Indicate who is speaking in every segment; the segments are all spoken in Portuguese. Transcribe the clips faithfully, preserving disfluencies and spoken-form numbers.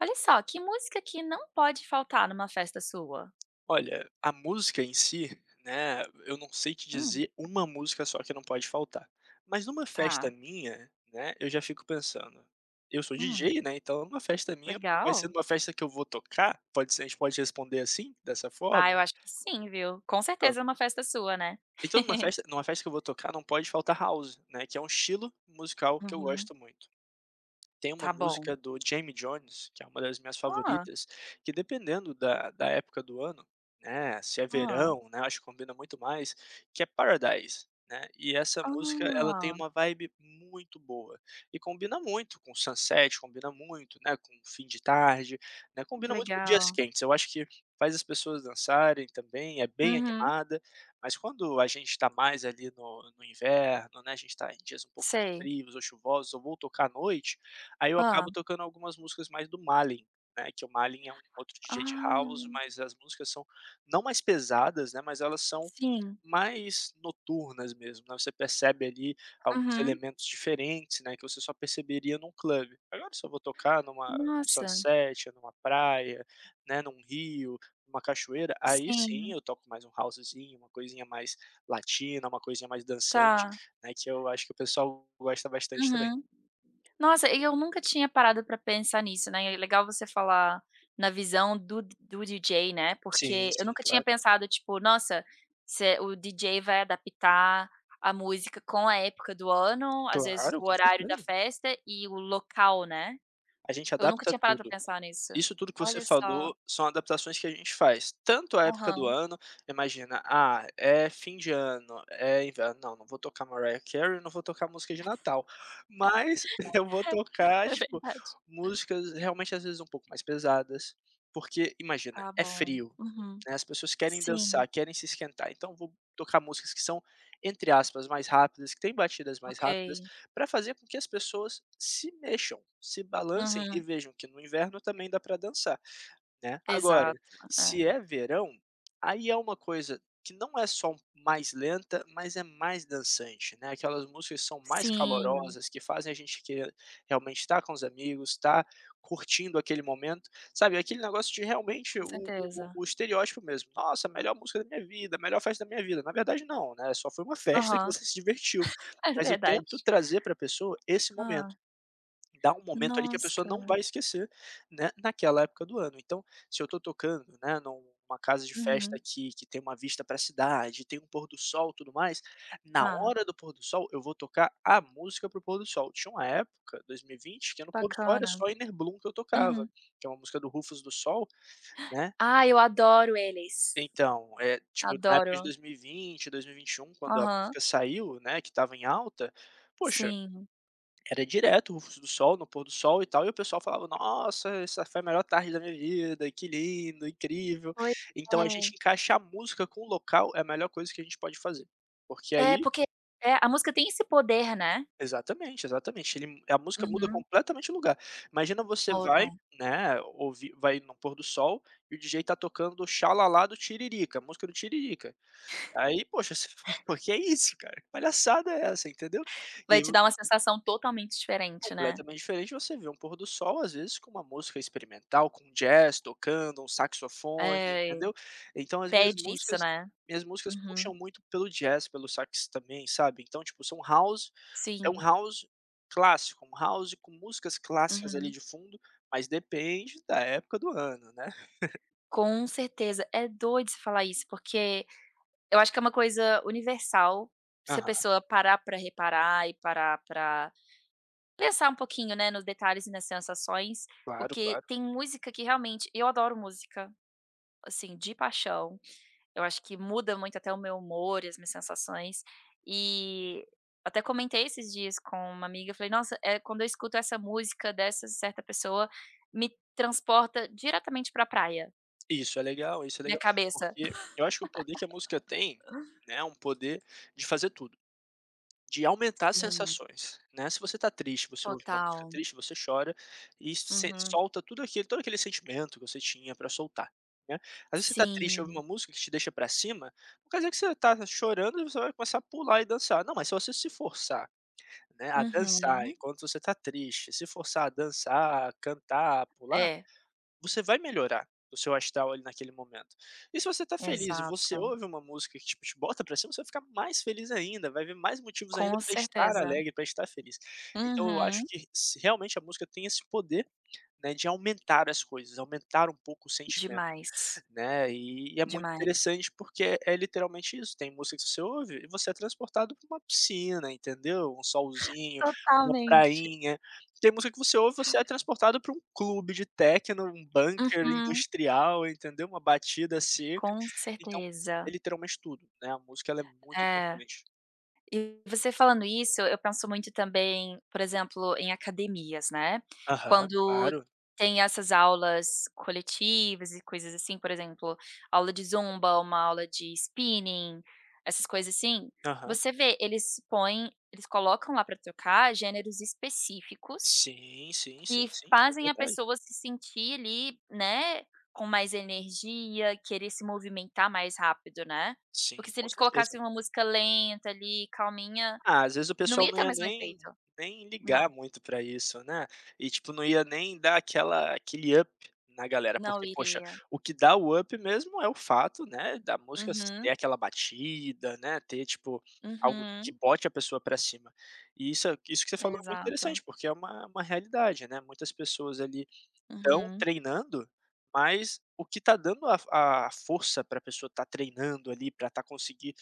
Speaker 1: Olha só, que música que não pode faltar numa festa sua?
Speaker 2: Olha, a música em si, né, eu não sei te
Speaker 1: Hum,
Speaker 2: dizer uma música só que não pode faltar. Mas numa festa
Speaker 1: tá.
Speaker 2: minha, né, eu já fico pensando, eu sou
Speaker 1: Hum,
Speaker 2: D J, né, então numa festa minha, vai ser
Speaker 1: legal.
Speaker 2: numa festa que eu vou tocar, pode ser, a gente pode responder assim, dessa
Speaker 1: Ah, eu
Speaker 2: forma,
Speaker 1: acho que sim, viu. Com certeza é
Speaker 2: pronto.
Speaker 1: uma festa sua, né.
Speaker 2: Então numa festa, numa festa que eu vou tocar não pode faltar house, né, que é um estilo musical que eu
Speaker 1: Uhum,
Speaker 2: gosto muito. Tem uma
Speaker 1: tá bom.
Speaker 2: música do Jamie Jones, que é uma das minhas
Speaker 1: Ah,
Speaker 2: favoritas, que dependendo da da época do ano, né, se é
Speaker 1: ah,
Speaker 2: verão, né, acho que combina muito mais, que é Paradise, né, e essa música ela tem
Speaker 1: ah,
Speaker 2: uma vibe muito boa, e combina muito com sunset, combina muito, né, com fim de tarde, né,
Speaker 1: que
Speaker 2: combina muito com dias
Speaker 1: legal.
Speaker 2: quentes, eu acho que faz as pessoas dançarem também, é bem
Speaker 1: Uhum,
Speaker 2: animada, mas quando a gente está mais ali no no inverno, né, a gente está em dias um pouco mais
Speaker 1: sei.
Speaker 2: frios ou chuvosos, ou vou tocar à noite. Aí eu
Speaker 1: Ah.
Speaker 2: acabo tocando algumas músicas mais do Malen, né, que o Malen é um outro D J de
Speaker 1: Ah,
Speaker 2: house, mas as músicas são não mais pesadas, né, mas elas são
Speaker 1: sim.
Speaker 2: mais noturnas mesmo, né, você percebe ali alguns
Speaker 1: Uhum.
Speaker 2: elementos diferentes, né, que você só perceberia num clube. Agora se eu vou tocar numa num
Speaker 1: Nossa,
Speaker 2: sunset, numa praia, né, num rio, numa cachoeira, aí sim
Speaker 1: sim,
Speaker 2: eu toco mais um housezinho, uma coisinha mais latina, uma coisinha mais dançante,
Speaker 1: tá.
Speaker 2: né, que eu acho que o pessoal gosta bastante também.
Speaker 1: Uhum. Nossa, e eu nunca tinha parado pra pensar nisso, né, é legal você falar na visão do do D J, né,
Speaker 2: Sim,
Speaker 1: porque eu
Speaker 2: sim,
Speaker 1: nunca tinha
Speaker 2: claro.
Speaker 1: pensado, tipo: "Nossa, se o D J vai adaptar a música com a época do ano, às vezes
Speaker 2: Claro,
Speaker 1: o
Speaker 2: com
Speaker 1: horário da
Speaker 2: certeza.
Speaker 1: festa e o local", né.
Speaker 2: A gente
Speaker 1: Eu nunca
Speaker 2: adapta
Speaker 1: tinha parado
Speaker 2: tudo.
Speaker 1: pra pensar nisso.
Speaker 2: Isso tudo que você
Speaker 1: Olha só.
Speaker 2: falou são adaptações que a gente faz, tanto a época do
Speaker 1: Aham.
Speaker 2: ano, imagina, ah, é fim de ano, é inverno, não, não vou tocar Mariah Carey, não vou tocar música de Natal, mas eu vou tocar,
Speaker 1: É
Speaker 2: tipo,
Speaker 1: verdade.
Speaker 2: músicas realmente às vezes um pouco mais pesadas, porque imagina,
Speaker 1: Tá
Speaker 2: é
Speaker 1: bom.
Speaker 2: frio,
Speaker 1: Uhum.
Speaker 2: né, as pessoas querem
Speaker 1: Sim.
Speaker 2: dançar, querem se esquentar, então vou tocar músicas que são, entre aspas, mais rápidas, que têm batidas mais
Speaker 1: Ok.
Speaker 2: rápidas, para fazer com que as pessoas se mexam, se balancem e
Speaker 1: Uhum.
Speaker 2: vejam que no inverno também dá para dançar. Né. Agora,
Speaker 1: Exato. É.
Speaker 2: se é verão, aí é uma coisa que não é só mais lenta, mas é mais dançante, né, aquelas músicas são mais
Speaker 1: Sim,
Speaker 2: calorosas, que fazem a gente querer realmente estar com os amigos, estar curtindo aquele momento, sabe, aquele negócio de realmente
Speaker 1: com
Speaker 2: o o
Speaker 1: certeza.
Speaker 2: o estereótipo mesmo, "Nossa, a melhor música da minha vida, a melhor festa da minha vida", na verdade não, né, só foi uma festa que
Speaker 1: Aham.
Speaker 2: você se divertiu,
Speaker 1: É
Speaker 2: mas eu
Speaker 1: verdade.
Speaker 2: tento trazer para a pessoa esse
Speaker 1: Ah.
Speaker 2: momento. Dá um momento ali que a pessoa não
Speaker 1: Nossa.
Speaker 2: vai esquecer, né, naquela época do ano. Então, se eu tô tocando, né, numa casa de festa
Speaker 1: Uhum.
Speaker 2: que que tem uma vista para a cidade, tem um pôr do sol, tudo mais, na
Speaker 1: Ah,
Speaker 2: hora do pôr do sol eu vou tocar a música pro pôr do sol. Tinha uma época, dois mil e vinte, que
Speaker 1: que
Speaker 2: no pôr do sol era
Speaker 1: bacana.
Speaker 2: só Inner Bloom que eu tocava,
Speaker 1: Uhum.
Speaker 2: que é uma música do Rufus do Sol, né.
Speaker 1: Ah, eu adoro eles.
Speaker 2: Então, eh, tipo, na época de
Speaker 1: Adoro.
Speaker 2: dois mil e vinte, dois mil e vinte e um, quando a
Speaker 1: Aham.
Speaker 2: música saiu, né, que estava em alta, poxa,
Speaker 1: Sim.
Speaker 2: era direto o Rufus do sol, no pôr do sol e tal, e o pessoal falava: "Nossa, essa foi a melhor tarde da minha vida, que lindo, incrível".
Speaker 1: Pois
Speaker 2: Então a
Speaker 1: é.
Speaker 2: gente encaixar a música com o local é a melhor coisa que a gente pode fazer, porque
Speaker 1: É,
Speaker 2: aí
Speaker 1: porque é, a música tem esse poder, né.
Speaker 2: exatamente, exatamente, ele a música muda
Speaker 1: Uhum.
Speaker 2: completamente o lugar. Imagina você vai,
Speaker 1: Muda.
Speaker 2: né, ouvir vai no pôr do sol e o D J tá tocando "Xalala" do Tiririca, a música do Tiririca. Aí, poxa, você fala: "Pô, que é isso, cara? Que palhaçada é essa?", entendeu. E
Speaker 1: Vai
Speaker 2: aí
Speaker 1: te dar uma sensação totalmente diferente, né.
Speaker 2: completamente diferente, você vê um pôr do sol, às vezes, com uma música experimental, com um jazz tocando, um saxofone,
Speaker 1: É,
Speaker 2: entendeu. Então as minhas
Speaker 1: pede isso,
Speaker 2: músicas
Speaker 1: né.
Speaker 2: minhas músicas
Speaker 1: Uhum.
Speaker 2: puxam muito pelo jazz, pelo sax também, sabe. Então, tipo, são house é um
Speaker 1: Sim.
Speaker 2: house clássico, um house com músicas clássicas ali
Speaker 1: Uhum.
Speaker 2: de fundo, mas depende da época do ano, né.
Speaker 1: Com certeza. É doido você falar isso, porque eu acho que é uma coisa universal, se a
Speaker 2: Aham,
Speaker 1: pessoa parar pra reparar e parar pra pensar um pouquinho, né, nos detalhes e nas sensações,
Speaker 2: claro,
Speaker 1: porque
Speaker 2: claro.
Speaker 1: tem música que realmente eu adoro música, assim, de paixão, eu acho que muda muito até o meu humor e as minhas sensações, e até comentei esses dias com uma amiga, eu falei: "Nossa, é quando eu escuto essa música dessa certa pessoa, me transporta diretamente pra praia,
Speaker 2: Isso é legal, isso é
Speaker 1: minha
Speaker 2: legal,
Speaker 1: cabeça".
Speaker 2: porque eu acho que o poder que a música tem, né, é um poder de fazer tudo. De aumentar as
Speaker 1: Sim,
Speaker 2: sensações, né. Se você tá triste, você ouve uma música
Speaker 1: total.
Speaker 2: triste, você chora e se
Speaker 1: Uhum.
Speaker 2: solta tudo aquilo todo aquele sentimento que você tinha pra soltar, né. Às vezes você tá triste ouve
Speaker 1: Sim.
Speaker 2: uma música que te deixa pra cima, não quer dizer que você tá chorando e você vai começar a pular e dançar. Não, mas se você se forçar, né, a dançar
Speaker 1: Uhum.
Speaker 2: enquanto você tá triste, se forçar a dançar, cantar, pular,
Speaker 1: É,
Speaker 2: você vai melhorar o seu astral ali naquele momento. E se você tá feliz e você
Speaker 1: exato.
Speaker 2: ouve uma música que, tipo, te bota pra cima, você vai ficar mais feliz ainda, vai ver mais motivos ainda
Speaker 1: Com
Speaker 2: pra estar
Speaker 1: certeza.
Speaker 2: alegre, pra estar feliz. Então eu acho
Speaker 1: Uhum.
Speaker 2: que se realmente a música tem esse poder, né, de aumentar as coisas, aumentar um pouco o sentimento.
Speaker 1: Demais,
Speaker 2: Né, e e é muito
Speaker 1: demais.
Speaker 2: interessante porque é é literalmente isso, tem música que você ouve e você é transportado para uma piscina, entendeu, um solzinho, uma
Speaker 1: Totalmente.
Speaker 2: prainha. Tem música que você ouve, e você é transportado para um clube de techno, um bunker
Speaker 1: Uhum,
Speaker 2: industrial, entendeu, uma batida seca.
Speaker 1: com
Speaker 2: Então,
Speaker 1: certeza.
Speaker 2: é literalmente tudo, né, a música ela é muito
Speaker 1: É.
Speaker 2: importante.
Speaker 1: E você falando isso, eu penso muito também, por exemplo, em academias, né,
Speaker 2: Aham,
Speaker 1: quando
Speaker 2: claro.
Speaker 1: tem essas aulas coletivas e coisas assim, por exemplo, aula de zumba, uma aula de spinning, essas coisas assim,
Speaker 2: Aham.
Speaker 1: você vê, eles põem eles colocam lá para tocar gêneros específicos,
Speaker 2: Sim, sim,
Speaker 1: que
Speaker 2: sim, sim, isso é
Speaker 1: fazem a
Speaker 2: verdade.
Speaker 1: pessoa se sentir ali, né, com mais energia, querer se movimentar mais rápido, né. Porque
Speaker 2: Sim,
Speaker 1: se
Speaker 2: com
Speaker 1: eles
Speaker 2: certeza.
Speaker 1: colocassem uma música lenta ali, calminha,
Speaker 2: Ah, às vezes o
Speaker 1: não
Speaker 2: pessoal
Speaker 1: ia
Speaker 2: não
Speaker 1: ter o
Speaker 2: ia
Speaker 1: mesmo
Speaker 2: nem
Speaker 1: efeito.
Speaker 2: nem ligar
Speaker 1: Não,
Speaker 2: muito pra isso, né, e tipo não ia nem dar aquela aquele up na galera,
Speaker 1: não
Speaker 2: porque poxa,
Speaker 1: iria.
Speaker 2: o que dá o up mesmo é o fato, né, da música s
Speaker 1: Uhum,
Speaker 2: ter aquela batida, né, ter tipo algo
Speaker 1: uhum,
Speaker 2: que bote a pessoa pra cima. E isso é- isso que você falou é muito
Speaker 1: exato.
Speaker 2: interessante, porque é uma uma realidade, né, muitas pessoas ali estão
Speaker 1: Uhum,
Speaker 2: treinando, mas o que está dando a a força para a pessoa estar treinando ali, para estar conseguindo,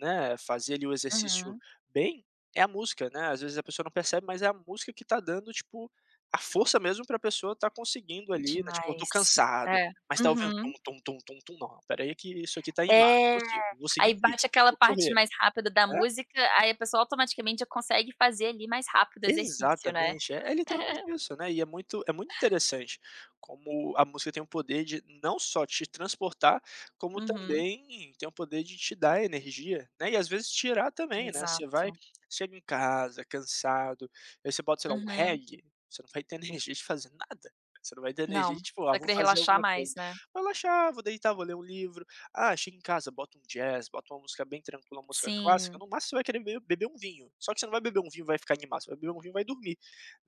Speaker 2: né, fazer ali o exercício
Speaker 1: uhum,
Speaker 2: bem, é a música, né. Às vezes a pessoa não percebe, mas é a música que está dando, tipo, a força mesmo para a pessoa estar conseguindo ali, né, tipo: "Eu estou
Speaker 1: demais.
Speaker 2: cansado",
Speaker 1: É,
Speaker 2: mas está ouvindo
Speaker 1: uhum.
Speaker 2: tum, tum, tum, tum, tum, "Não, espera aí que isso aqui está animado,
Speaker 1: É,
Speaker 2: consigo, vou seguir
Speaker 1: aí
Speaker 2: o
Speaker 1: bate
Speaker 2: ritmo,
Speaker 1: aquela
Speaker 2: vou
Speaker 1: parte
Speaker 2: correr".
Speaker 1: mais rápida da
Speaker 2: Né?
Speaker 1: música, aí a pessoa automaticamente já consegue fazer ali mais rápido o exercício, né.
Speaker 2: Exatamente, é é literalmente isso, né, e é muito é muito interessante como a música tem o poder de não só te transportar, como
Speaker 1: Uhum,
Speaker 2: também tem o poder de te dar energia, né, e às vezes tirar também, né, você vai
Speaker 1: exato.
Speaker 2: chega em casa cansado, aí você bota, sei lá, um
Speaker 1: Uhum.
Speaker 2: reggae, você não vai ter energia de fazer nada, você não vai ter
Speaker 1: Não.
Speaker 2: energia de tipo:
Speaker 1: Você
Speaker 2: "Ah,
Speaker 1: vai
Speaker 2: vou
Speaker 1: querer
Speaker 2: fazer
Speaker 1: relaxar
Speaker 2: alguma coisa",
Speaker 1: mais, né?
Speaker 2: vou relaxar, vou deitar, vou ler um livro. Ah, chega em casa, bota um jazz, bota uma música bem tranquila, uma música clássica,
Speaker 1: Sim.
Speaker 2: no máximo você vai querer be beber um vinho. Só que você não vai beber um vinho e vai ficar animado, você vai beber um vinho e vai dormir,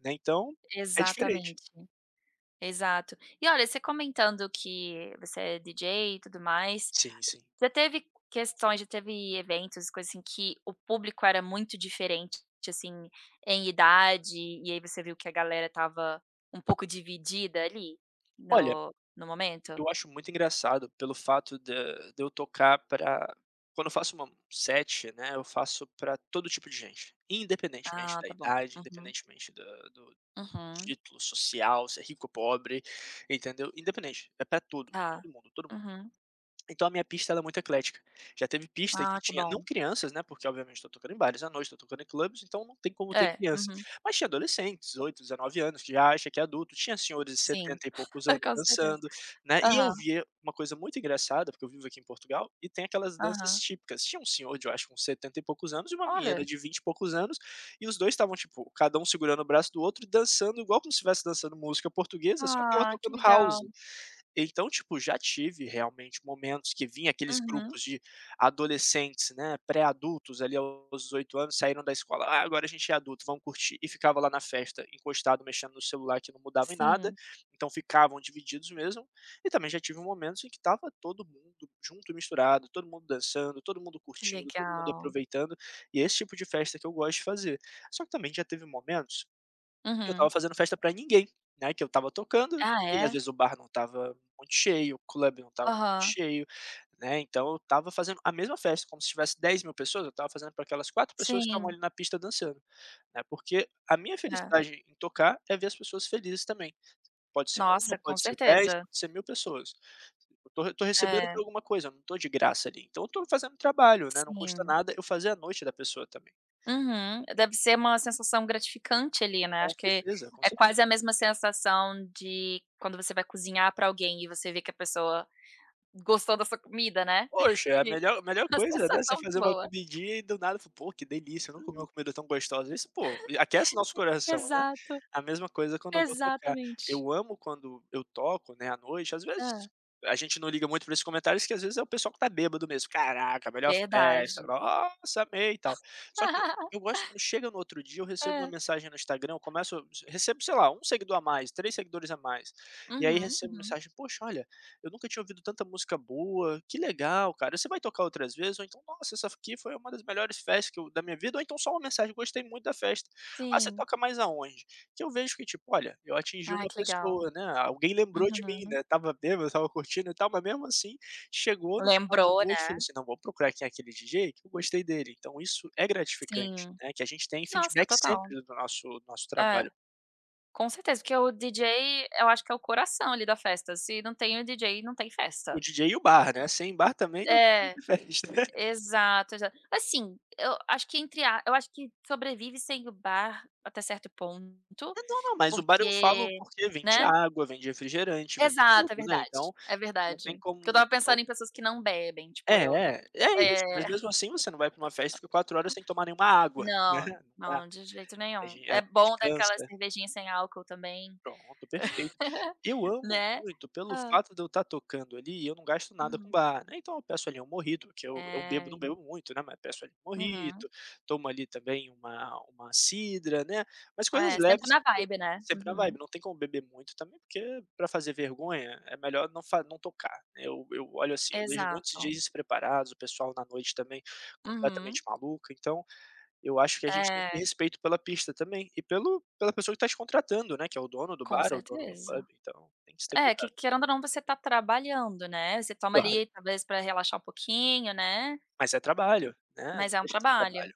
Speaker 2: né, então é diferente.
Speaker 1: Exatamente, exato. E olha, você comentando que você é D J e tudo mais,
Speaker 2: Sim, sim.
Speaker 1: já teve questões, já teve eventos, coisas assim, que o público era muito diferente, assim, em idade, e aí você viu que a galera estava um pouco dividida ali
Speaker 2: Olha,
Speaker 1: no no momento?
Speaker 2: eu acho muito engraçado pelo fato de de eu tocar pra quando eu faço uma set, né, eu faço pra todo tipo de gente, independentemente
Speaker 1: Ah,
Speaker 2: da
Speaker 1: tá bom.
Speaker 2: idade,
Speaker 1: Uhum,
Speaker 2: independentemente da do
Speaker 1: uhum,
Speaker 2: título social, se é rico ou pobre, entendeu? Independente, é pra tudo,
Speaker 1: tá.
Speaker 2: todo mundo, todo mundo.
Speaker 1: Uhum.
Speaker 2: Então a minha pista ela é muito eclética. Já teve pista que
Speaker 1: Ah, que
Speaker 2: tinha não
Speaker 1: bom.
Speaker 2: crianças, né, porque obviamente estou tocando em bares à noite, estou tocando em clubes, então não tem como ter
Speaker 1: É,
Speaker 2: criança.
Speaker 1: uhum,
Speaker 2: Mas tinha adolescentes, dezoito, dezenove anos, que já acha que é adulto, tinha senhores de
Speaker 1: sim,
Speaker 2: setenta e poucos anos
Speaker 1: com certeza.
Speaker 2: dançando, né, e
Speaker 1: Aham,
Speaker 2: eu via uma coisa muito engraçada, porque eu vivo aqui em Portugal, e tem aquelas danças
Speaker 1: aham.
Speaker 2: típicas. Tinha um senhor de, eu acho, com setenta e poucos anos e uma menina
Speaker 1: Olha,
Speaker 2: de vinte e poucos anos, e os dois estavam, tipo, cada um segurando o braço do outro e dançando igual como se estivesse dançando música portuguesa, só que estava
Speaker 1: ah, que
Speaker 2: tocando house.
Speaker 1: legal.
Speaker 2: Então, tipo, já tive realmente momentos que vinha aqueles
Speaker 1: Uhum,
Speaker 2: grupos de adolescentes, né, pré-adultos ali aos dezoito anos, saíram da escola: "Ah, agora a gente é adulto, vamos curtir", e ficava lá na festa encostado mexendo no celular que não mudava em nada,
Speaker 1: sim,
Speaker 2: então ficavam divididos mesmo. E também já tive momentos em que tava todo mundo junto e misturado, todo mundo dançando, todo mundo
Speaker 1: que
Speaker 2: curtindo, todo mundo
Speaker 1: legal.
Speaker 2: aproveitando, e é esse tipo de festa que eu gosto de fazer. Só que também já teve momentos eu
Speaker 1: Uhum.
Speaker 2: estava fazendo festa pra ninguém, né, que eu estava tocando
Speaker 1: Ah,
Speaker 2: e às
Speaker 1: é?
Speaker 2: vezes o bar não estava muito cheio, o clube não estava muito
Speaker 1: Aham,
Speaker 2: cheio, né, então eu estava fazendo a mesma festa, como se tivesse dez mil pessoas, eu estava fazendo pra aquelas quatro pessoas que estavam
Speaker 1: sim,
Speaker 2: ali na pista dançando, né, porque a minha
Speaker 1: é.
Speaker 2: felicidade em tocar é ver as pessoas felizes também. Pode ser uma,
Speaker 1: Nossa, com
Speaker 2: pode ser dez,
Speaker 1: certeza.
Speaker 2: pode ser mil pessoas. Eu tô eu tô recebendo
Speaker 1: É,
Speaker 2: por alguma coisa, eu não tô de graça ali, então eu tô fazendo trabalho, né, não custa
Speaker 1: sim.
Speaker 2: nada eu fazer a noite da pessoa também.
Speaker 1: Uhum. Deve ser uma sensação gratificante ali, né,
Speaker 2: Com
Speaker 1: acho que
Speaker 2: certeza, com
Speaker 1: é quase
Speaker 2: certeza.
Speaker 1: a mesma sensação de quando você vai cozinhar pra alguém e você vê que a pessoa gostou da sua comida, né.
Speaker 2: Poxa, é a
Speaker 1: E
Speaker 2: melhor melhor
Speaker 1: uma
Speaker 2: coisa, né,
Speaker 1: sensação
Speaker 2: você
Speaker 1: muito
Speaker 2: fazer uma
Speaker 1: boa.
Speaker 2: comidinha e do nada fala: "Pô, que delícia, eu não comi uma
Speaker 1: Hum,
Speaker 2: comida tão gostosa". Isso, pô, aquece nosso coração, né.
Speaker 1: exato,
Speaker 2: A mesma coisa quando eu vou tocar.
Speaker 1: exatamente.
Speaker 2: Eu amo quando eu toco, né, à noite, às
Speaker 1: Hã,
Speaker 2: vezes a gente não liga muito para esses comentários que às vezes é o pessoal que tá bêbado mesmo: "Caraca, melhor festa,
Speaker 1: verdade.
Speaker 2: nossa, amei e tal". Só que eu gosto quando chega no outro dia, eu recebo uma
Speaker 1: É.
Speaker 2: mensagem no Instagram, eu começo recebo, sei lá, um seguidor a mais, três seguidores a mais, e aí
Speaker 1: Uhum,
Speaker 2: recebo
Speaker 1: uhum.
Speaker 2: mensagem: "Poxa, olha, eu nunca tinha ouvido tanta música boa, que legal, cara. Você vai tocar outras vezes? Ou então, nossa, essa aqui foi uma das melhores festas que eu da minha vida, ou então só uma mensagem: "Gostei muito da festa". "Ah, você
Speaker 1: Sim.
Speaker 2: toca mais aonde?" Que eu vejo que, tipo, olha, eu atingi
Speaker 1: Ai,
Speaker 2: uma
Speaker 1: que legal.
Speaker 2: pessoa, né, alguém lembrou de mim,
Speaker 1: Uhum.
Speaker 2: né, estava bêbado, estava curtindo e tal, mas mesmo assim, chegou no final da
Speaker 1: Lembrou,
Speaker 2: noite e falou
Speaker 1: né.
Speaker 2: assim: "Não, vou procurar quem é aquele D J que eu gostei dele". Então isso é gratificante,
Speaker 1: Sim.
Speaker 2: né, que a gente tem
Speaker 1: Nossa,
Speaker 2: feedback
Speaker 1: total.
Speaker 2: sempre do nosso do nosso
Speaker 1: É,
Speaker 2: trabalho.
Speaker 1: com certeza, porque o D J, eu acho que é o coração ali da festa, se não tem o D J, não tem
Speaker 2: O
Speaker 1: festa.
Speaker 2: D J e o bar, né, sem bar também não tem como
Speaker 1: É,
Speaker 2: ter festa.
Speaker 1: exato, exato. Assim, eu acho que entre a eu acho que sobrevive sem o bar até certo ponto,
Speaker 2: É, não, não, mas o bar eu
Speaker 1: porque
Speaker 2: falo porque vende
Speaker 1: né.
Speaker 2: água, vende refrigerante, vende
Speaker 1: Exato, é
Speaker 2: tudo, né,
Speaker 1: verdade,
Speaker 2: então
Speaker 1: é
Speaker 2: não
Speaker 1: verdade.
Speaker 2: tem
Speaker 1: Porque eu
Speaker 2: como o
Speaker 1: estava
Speaker 2: pessoal
Speaker 1: pensando em pessoas que não bebem, tipo eu.
Speaker 2: é, é, é isso,
Speaker 1: É.
Speaker 2: mas mesmo assim você não vai pra uma festa e fica quatro horas sem tomar nenhuma água,
Speaker 1: Não,
Speaker 2: né, não dá,
Speaker 1: não, de jeito
Speaker 2: a
Speaker 1: nenhum.
Speaker 2: gen a
Speaker 1: É
Speaker 2: gente
Speaker 1: bom dar aquela
Speaker 2: cansa.
Speaker 1: cervejinha sem álcool também,
Speaker 2: Pronto, perfeito. Eu amo
Speaker 1: né.
Speaker 2: muito pelo
Speaker 1: Hã.
Speaker 2: fato de eu estar tocando ali e eu não gasto nada com
Speaker 1: Uhum.
Speaker 2: bar, né, então eu peço ali um mojito, que eu eu bebo
Speaker 1: É.
Speaker 2: não bebo muito, né, mas peço ali um
Speaker 1: Uhum.
Speaker 2: mojito, tomo ali também uma uma cidra, né, mas coisas
Speaker 1: É, você entra
Speaker 2: leves,
Speaker 1: na
Speaker 2: porque
Speaker 1: vibe, né.
Speaker 2: sempre na
Speaker 1: Uhum.
Speaker 2: vibe, não tem como beber muito também, porque para fazer vergonha é melhor não fa não tocar, né. Eu eu olho assim, eu vejo muitos
Speaker 1: Exato.
Speaker 2: D Js despreparados, o pessoal na noite também
Speaker 1: Uhum.
Speaker 2: completamente maluco, então eu acho que a gente tem que ter
Speaker 1: É,
Speaker 2: respeito pela pista também, e pelo pela pessoa que tá te contratando, né, que é o dono do
Speaker 1: com
Speaker 2: bar ou o dono do
Speaker 1: certeza.
Speaker 2: pub, então tem que se ter
Speaker 1: É, que
Speaker 2: cuidado.
Speaker 1: querendo ou não você tá trabalhando, né, você toma
Speaker 2: Claro,
Speaker 1: ali talvez pra relaxar um pouquinho, né,
Speaker 2: mas é trabalho, né,
Speaker 1: mas
Speaker 2: não
Speaker 1: é um
Speaker 2: deixa de ser
Speaker 1: trabalho.
Speaker 2: trabalho,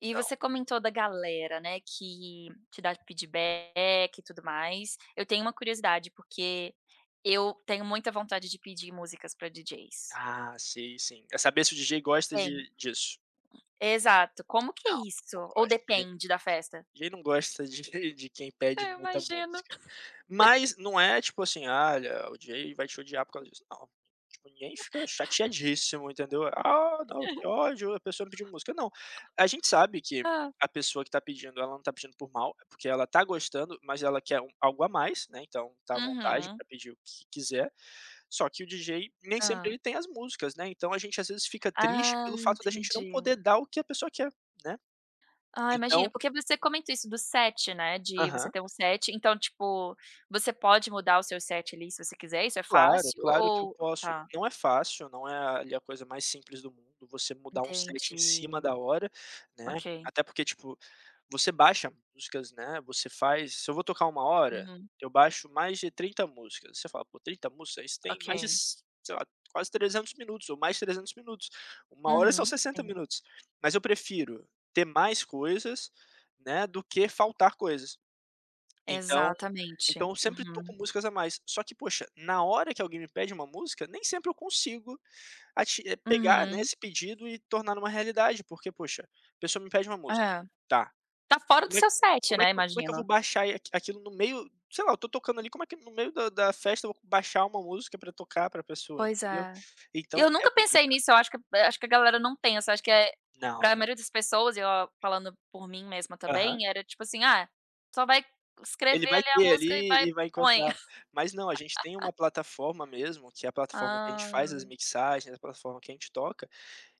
Speaker 1: E
Speaker 2: então
Speaker 1: você comentou da galera, né, que te dá feedback e tudo mais. Eu tenho uma curiosidade, porque eu tenho muita vontade de pedir músicas pra D Js.
Speaker 2: Ah, sim, sim. É saber se o D J gosta
Speaker 1: Tenho.
Speaker 2: de disso.
Speaker 1: Exato. Como que é
Speaker 2: Não, não
Speaker 1: isso? Ou
Speaker 2: gosta de
Speaker 1: depende da festa?
Speaker 2: Quem não gosta de de quem pede
Speaker 1: É, eu
Speaker 2: muita
Speaker 1: imagino.
Speaker 2: música? Mas não é tipo assim: "Ah, olha, o D J vai te odiar por causa disso", não. Tipo, ninguém fica chateadíssimo, entendeu? "Ah, não, que ódio, a pessoa me pediu música", não. A gente sabe que
Speaker 1: Hã.
Speaker 2: a pessoa que tá pedindo, ela não tá pedindo por mal, é porque ela tá gostando, mas ela quer um algo a mais, né, então tá à vontade
Speaker 1: Uhum.
Speaker 2: pra pedir o que quiser. Só que o D J nem sempre
Speaker 1: Hã.
Speaker 2: ele tem as músicas, né, então a gente às vezes fica triste
Speaker 1: Ah,
Speaker 2: pelo fato da gente não
Speaker 1: entendi.
Speaker 2: poder dar o que a pessoa quer, né.
Speaker 1: Ah, imagina.
Speaker 2: Então
Speaker 1: Porque você comentou isso do set, né, de você
Speaker 2: aham.
Speaker 1: ter um set, então, tipo, você pode mudar o seu set ali se você quiser, isso é
Speaker 2: Claro,
Speaker 1: fácil
Speaker 2: claro que eu
Speaker 1: ou
Speaker 2: posso.
Speaker 1: tá,
Speaker 2: Não é fácil, não é ali a coisa mais simples do mundo, você mudar um set em cima
Speaker 1: entendi.
Speaker 2: da hora, né,
Speaker 1: Ok.
Speaker 2: até porque, tipo, você baixa músicas, né, você faz se eu vou tocar uma hora,
Speaker 1: Uhum.
Speaker 2: eu baixo mais de trinta músicas. Você fala: "Pô, trinta músicas? Isso tem mais de
Speaker 1: Ok.
Speaker 2: s sei lá, quase trezentos minutos ou mais de trezentos minutos. Uma hora são
Speaker 1: Uhum.
Speaker 2: sessenta
Speaker 1: Sim.
Speaker 2: minutos". Mas eu prefiro ter mais coisas, né, do que faltar coisas. Então
Speaker 1: Exatamente.
Speaker 2: então eu sempre tô com
Speaker 1: Uhum.
Speaker 2: músicas a mais. Só que, poxa, na hora que alguém me pede uma música, nem sempre eu consigo ati eh, pegar, né,
Speaker 1: Uhum.
Speaker 2: esse pedido e tornar numa realidade, porque, poxa, a pessoa me pede uma música,
Speaker 1: É.
Speaker 2: tá,
Speaker 1: Tá fora do
Speaker 2: como é
Speaker 1: seu set,
Speaker 2: como é
Speaker 1: né,
Speaker 2: que eu como é que eu vou
Speaker 1: imagino.
Speaker 2: baixar e aquilo no meio sei lá, eu tô tocando ali, como é que no meio da da festa eu vou baixar uma música pra tocar pra pessoa,
Speaker 1: Pois
Speaker 2: entendeu?
Speaker 1: é.
Speaker 2: Então
Speaker 1: Eu
Speaker 2: é
Speaker 1: nunca pensei
Speaker 2: complicado.
Speaker 1: nisso, eu acho que eh, acho que a galera não pensa, acho que é
Speaker 2: Não,
Speaker 1: pra
Speaker 2: não.
Speaker 1: maioria das pessoas, e eu falando por mim mesma
Speaker 2: Aham.
Speaker 1: também, era tipo assim: "Ah, só vai
Speaker 2: Ele
Speaker 1: escrever
Speaker 2: vai
Speaker 1: ali a
Speaker 2: ter
Speaker 1: música e vai
Speaker 2: ali e vai
Speaker 1: põe".
Speaker 2: encontrar. Mas não, a gente tem uma plataforma mesmo, que é a plataforma que a gente faz as
Speaker 1: Ah,
Speaker 2: mixagens, a plataforma que a gente toca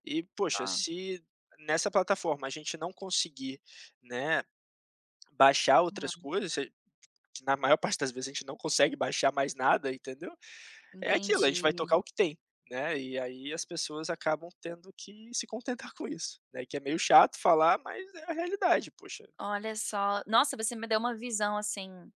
Speaker 2: e, poxa,
Speaker 1: tá.
Speaker 2: se nessa plataforma a gente não conseguir, né, baixar outras
Speaker 1: Uhum.
Speaker 2: coisas, se que na maior parte das vezes a gente não consegue baixar mais nada, entendeu, é aquilo, a gente vai
Speaker 1: Entendi.
Speaker 2: tocar o que tem, né, e aí as pessoas acabam tendo que se contentar com isso, né, que é meio chato falar, mas é a realidade, poxa.
Speaker 1: Olha só. Nossa, você me deu uma visão, assim,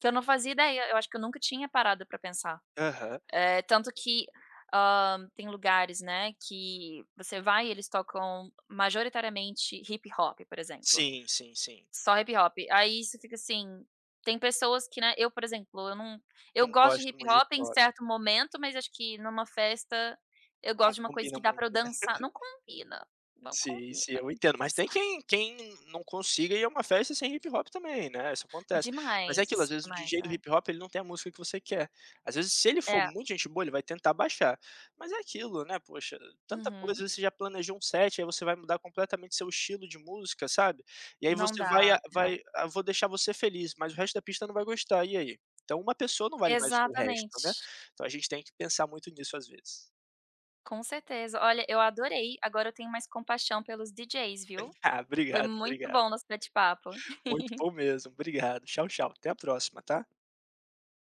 Speaker 1: que eu não fazia ideia, eu acho que eu nunca tinha parado pra pensar.
Speaker 2: Aham.
Speaker 1: Eh, tanto que, hã, tem lugares, né, que você vai e eles tocam majoritariamente hip hop, por exemplo,
Speaker 2: Sim, sim, sim.
Speaker 1: só hip hop. Aí você fica assim, tem pessoas que, né, eu, por exemplo, eu não eu
Speaker 2: Não
Speaker 1: gosto de
Speaker 2: gosta
Speaker 1: hip
Speaker 2: muito de hip
Speaker 1: hop em
Speaker 2: hop.
Speaker 1: certo momento, mas acho que numa festa eu gosto
Speaker 2: Não
Speaker 1: de uma coisa
Speaker 2: combina
Speaker 1: que dá
Speaker 2: muito,
Speaker 1: pra eu
Speaker 2: né.
Speaker 1: dançar. Não combina, não
Speaker 2: Sim, sim,
Speaker 1: combina.
Speaker 2: eu entendo, mas tem quem quem não consiga ir a uma festa sem hip hop também, né, isso acontece. Mas é
Speaker 1: Demais,
Speaker 2: aquilo, às vezes o
Speaker 1: demais,
Speaker 2: D J do
Speaker 1: é.
Speaker 2: hip hop ele não tem a música que você quer. Às vezes se ele for
Speaker 1: É,
Speaker 2: muito gente boa, ele vai tentar baixar. Mas é aquilo, né, poxa, tanta coisa, às
Speaker 1: uhum,
Speaker 2: vezes você já planejou um set, aí você vai mudar completamente seu estilo de música, sabe. E aí
Speaker 1: não
Speaker 2: você vai
Speaker 1: dá,
Speaker 2: a vai
Speaker 1: é.
Speaker 2: "Ah, vou deixar você feliz", mas o resto da pista não vai gostar, e aí? Então uma pessoa não vale mais do que o resto, né.
Speaker 1: Exatamente.
Speaker 2: Então a gente tem que pensar muito nisso às vezes.
Speaker 1: Com certeza. Olha, eu adorei. Agora eu tenho mais compaixão pelos D Js, viu.
Speaker 2: Ah,
Speaker 1: Foi
Speaker 2: obrigado,
Speaker 1: muito
Speaker 2: obrigado.
Speaker 1: bom nosso bate-papo.
Speaker 2: Muito bom mesmo. Obrigado. Tchau, tchau. Até a próxima, tá?